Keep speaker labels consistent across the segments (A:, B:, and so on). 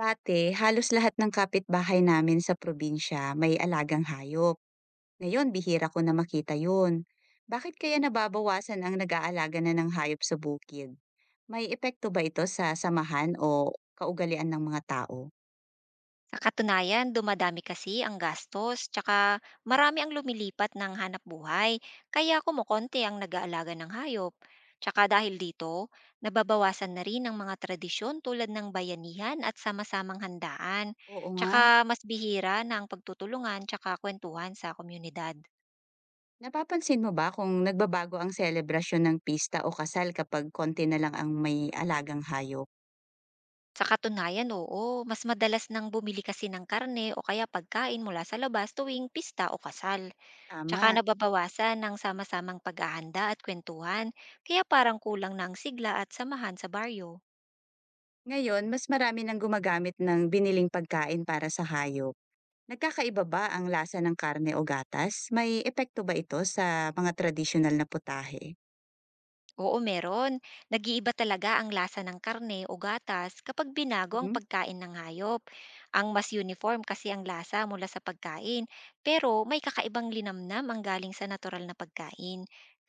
A: Dati, halos lahat ng kapitbahay namin sa probinsya may alagang hayop. Ngayon, bihira ko na makita yun. Bakit kaya nababawasan ang nag-aalaga na ng hayop sa bukid? May epekto ba ito sa samahan o kaugalian ng mga tao?
B: Sa katunayan, dumadami kasi ang gastos, tsaka marami ang lumilipat ng hanap buhay, kaya kumukonti ang nag-aalaga ng hayop. Tsaka dahil dito, nababawasan na rin ang mga tradisyon tulad ng bayanihan at sama-samang handaan.
A: Oo nga.
B: Tsaka mas bihira na ang pagtutulungan tsaka kwentuhan sa komunidad.
A: Napapansin mo ba kung nagbabago ang selebrasyon ng pista o kasal kapag konti na lang ang may alagang hayop?
B: Sa katunayan, oo, mas madalas nang bumili kasi ng karne o kaya pagkain mula sa labas tuwing pista o kasal. Tsaka
A: Tama.
B: nababawasan ng sama-samang paghahanda at kwentuhan, kaya parang kulang ng sigla at samahan sa baryo.
A: Ngayon, mas marami nang gumagamit ng biniling pagkain para sa hayop. Nagkakaiba ba ang lasa ng karne o gatas? May epekto ba ito sa mga tradisyonal na putahe?
B: Oo, meron. Nag-iiba talaga ang lasa ng karne o gatas kapag binago ang
A: Mhm,
B: pagkain ng hayop. Ang mas uniform kasi ang lasa mula sa pagkain, pero may kakaibang linamnam ang galing sa natural na pagkain.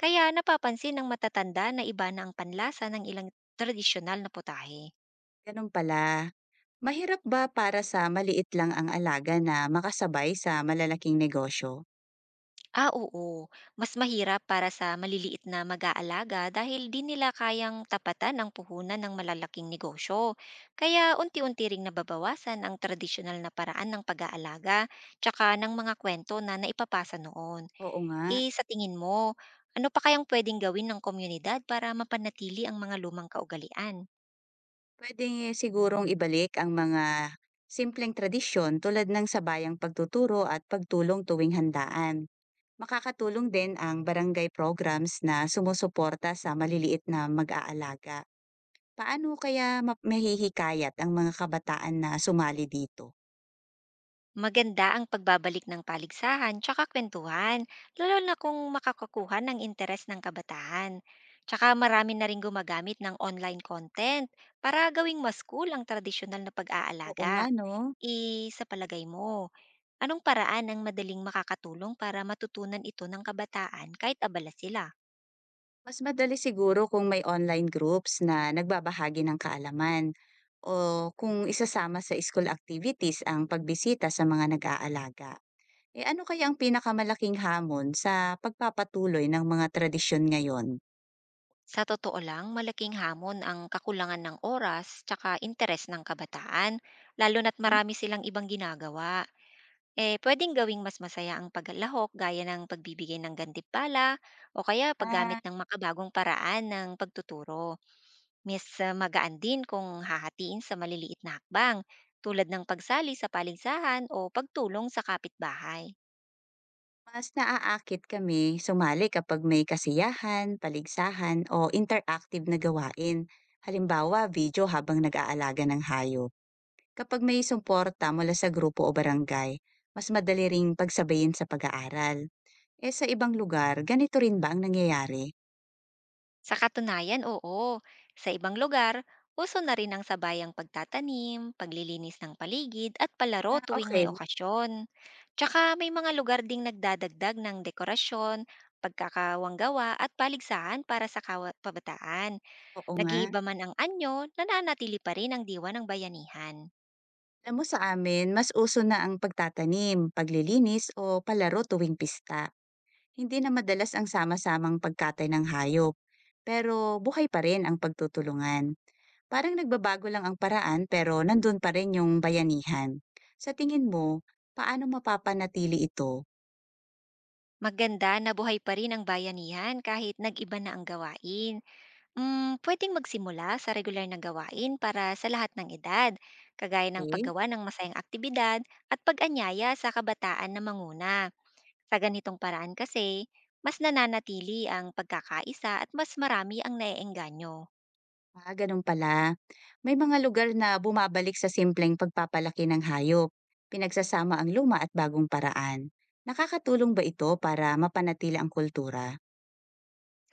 B: Kaya napapansin ng matatanda na iba na ang panlasa ng ilang tradisyonal na putahe.
A: ganun pala. Mahirap ba para sa maliit lang ang alaga na makasabay sa malalaking negosyo?
B: Ah, oo. Mas mahirap para sa maliliit na mag-aalaga dahil di nila kayang tapatan ang puhunan ng malalaking negosyo. Kaya unti-unti ring nababawasan ang tradisyonal na paraan ng pag-aalaga tsaka ng mga kwento na naipapasa noon.
A: Oo nga.
B: Eh, sa tingin mo, ano pa kayang pwedeng gawin ng komunidad para mapanatili ang mga lumang kaugalian?
A: Pwede sigurong ibalik ang mga simpleng tradisyon tulad ng sabayang pagtuturo at pagtulong tuwing handaan. Makakatulong din ang barangay programs na sumusuporta sa maliliit na mag-aalaga. Paano kaya ma mahihikayat ang mga kabataan na sumali dito?
B: Maganda ang pagbabalik ng paligsahan tsaka kwentuhan, lalo na kung makakakuha ng interes ng kabataan. Tsaka marami na rin gumagamit ng online content para gawing mas cool ang tradisyonal na
A: Oo
B: pag-aalaga.
A: nga 'no,
B: E sa palagay mo, anong paraan ang madaling makakatulong para matutunan ito ng kabataan kahit abala sila?
A: mas madali siguro kung may online groups na nagbabahagi ng kaalaman o kung isasama sa school activities ang pagbisita sa mga nag-aalaga. Eh, ano kaya ang pinakamalaking hamon sa pagpapatuloy ng mga tradisyon ngayon?
B: Sa totoo lang, malaking hamon ang kakulangan ng oras tsaka interes ng kabataan, lalo na't
A: Hmm,
B: marami silang ibang ginagawa. Eh, puwedeng gawing mas masaya ang paglalahok gaya ng pagbibigay ng gantimpala o kaya paggamit
A: ah
B: ng makabagong paraan ng pagtuturo. Mas magaan din kung hahatiin sa maliliit na hakbang tulad ng pagsali sa paligsahan o pagtulong sa kapitbahay.
A: Mas naaakit kami sumali kapag may kasiyahan, paligsahan o interactive na gawain. Halimbawa, video habang nag-aalaga ng hayop. Kapag may suporta mula sa grupo o barangay, mas madali ring pagsabayin sa pag-aaral. Eh sa ibang lugar, ganito rin ba ang nangyayari?
B: Sa katunayan, oo. Sa ibang lugar, uso na rin ang sabayang pagtatanim, paglilinis ng paligid at palaro
A: Ah,
B: tuwing may
A: okay.
B: okasyon. Tsaka may mga lugar ding nagdadagdag ng dekorasyon, pagkakawanggawa at paligsahan para sa kabataan.
A: Oo nga.
B: Nag-iiba man ang anyo, nananatili pa rin ang diwa ng bayanihan.
A: Alam mo sa amin, mas uso na ang pagtatanim, paglilinis o palaro tuwing pista. Hindi na madalas ang sama-samang pagkatay ng hayop. Pero buhay pa rin ang pagtutulungan. Parang nagbabago lang ang paraan pero nandun pa rin yung bayanihan. Sa tingin mo, paano mapapanatili ito?
B: Maganda na buhay pa rin ang bayanihan kahit nag-iba na ang gawain. Mm, pwedeng magsimula sa regular na gawain para sa lahat ng edad, kagaya ng
A: Okay?
B: paggawa ng masayang aktibidad at pag-anyaya sa kabataan na manguna. Sa ganitong paraan kasi, mas nananatili ang pagkakaisa at mas marami ang naiengganyo.
A: Ah, ganun pala. May mga lugar na bumabalik sa simpleng pagpapalaki ng hayop. Pinagsasama ang luma at bagong paraan. Nakakatulong ba ito para mapanatili ang kultura?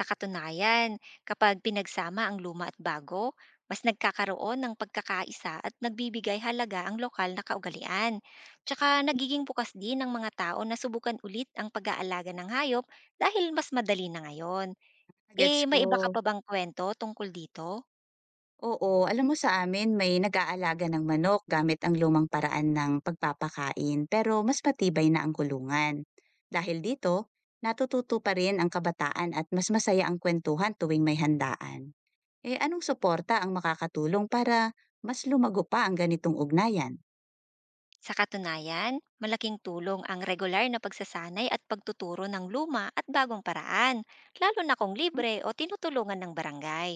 B: Sa katunayan, kapag pinagsama ang luma at bago, mas nagkakaroon ng pagkakaisa at nagbibigay halaga ang lokal na kaugalian. Tsaka nagiging bukas din ng mga tao na subukan ulit ang pag-aalaga ng hayop dahil mas madali na ngayon.
A: Gets
B: Eh, may iba ka
A: ko.
B: pa bang kwento tungkol dito?
A: Oo, alam mo sa amin may nag-aalaga ng manok gamit ang lumang paraan ng pagpapakain pero mas matibay na ang kulungan. Dahil dito, natututo pa rin ang kabataan at mas masaya ang kwentuhan tuwing may handaan. Eh anong suporta ang makakatulong para mas lumago pa ang ganitong ugnayan?
B: Sa katunayan, malaking tulong ang regular na pagsasanay at pagtuturo ng luma at bagong paraan, lalo na kung
A: Hmm?
B: libre o tinutulungan ng barangay.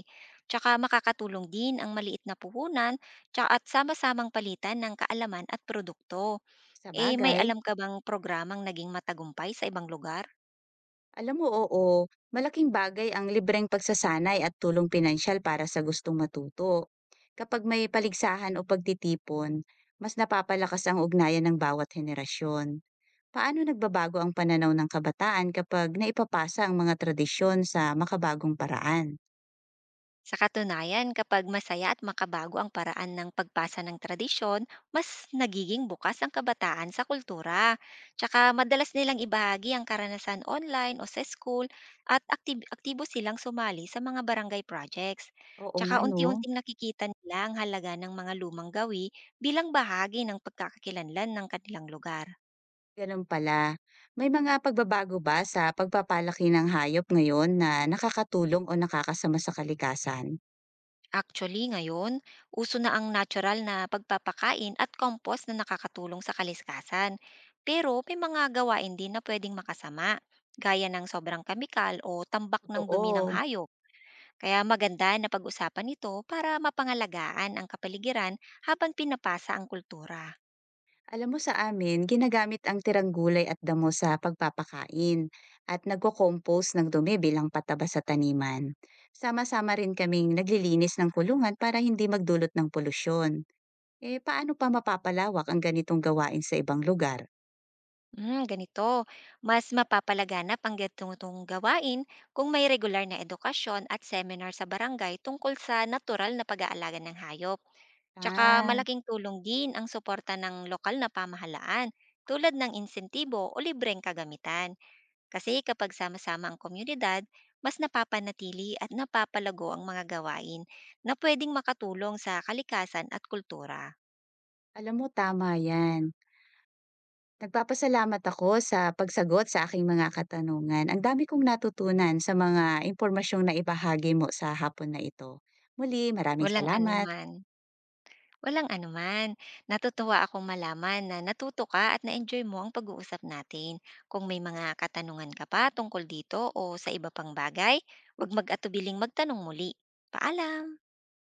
B: Tsaka makakatulong din ang maliit na puhunan tsaka at sama-samang palitan ng kaalaman at produkto.
A: Sa
B: Eh, may
A: bagay,
B: alam ka bang programang naging matagumpay sa ibang lugar?
A: alam mo, oo, malaking bagay ang libreng pagsasanay at tulong pinansyal para sa gustong matuto. Kapag may paligsahan o pagtitipon, mas napapalakas ang ugnayan ng bawat henerasyon. Paano nagbabago ang pananaw ng kabataan kapag naipapasa ang mga tradisyon sa makabagong paraan?
B: Sa katunayan, kapag masaya at makabago ang paraan ng pagpasa ng tradisyon, mas nagiging bukas ang kabataan sa kultura. Tsaka madalas nilang ibahagi ang karanasan online o sa school at aktibo silang sumali sa mga barangay projects.
A: Oo
B: Tsaka
A: nga no,
B: unti-unting nakikita nila ang halaga ng mga lumang gawi bilang bahagi ng pagkakakilanlan ng kanilang lugar.
A: ganun pala. May mga pagbabago ba sa pagpapalaki ng hayop ngayon na nakakatulong o nakakasama sa kalikasan?
B: Actually, ngayon, uso na ang natural na pagpapakain at compost na nakakatulong sa kaliskasan. Pero may mga gawain din na pwedeng makasama, gaya ng sobrang kamikal o tambak ng dumi ng
A: Totoo.
B: hayop. Kaya maganda na pag-usapan ito para mapangalagaan ang kapaligiran habang pinapasa ang kultura.
A: Alam mo sa amin, ginagamit ang tirang gulay at damo sa pagpapakain at nagko-compost ng dumi bilang pataba sa taniman. Sama-sama rin kaming naglilinis ng kulungan para hindi magdulot ng polusyon. Eh paano pa mapapalawak ang ganitong gawain sa ibang lugar?
B: Hmm, ganito, mas mapapalaganap ang ganitong gawain kung may regular na edukasyon at seminar sa barangay tungkol sa natural na pag-aalaga ng hayop. Tsaka
A: Ah,
B: malaking tulong din ang suporta ng lokal na pamahalaan tulad ng insentibo o libreng kagamitan. Kasi kapag sama-sama ang komunidad, mas napapanatili at napapalago ang mga gawain na pwedeng makatulong sa kalikasan at kultura.
A: alam mo tama yan. Nagpapasalamat ako sa pagsagot sa aking mga katanungan. Ang dami kong natutunan sa mga impormasyong na ibahagi mo sa hapon na ito. Muli, maraming
B: Walang
A: salamat.
B: anuman. Walang anuman. Natutuwa akong malaman na natuto ka at na-enjoy mo ang pag-uusap natin. Kung may mga katanungan ka pa tungkol dito o sa iba pang bagay, huwag mag-atubiling magtanong muli. Paalam!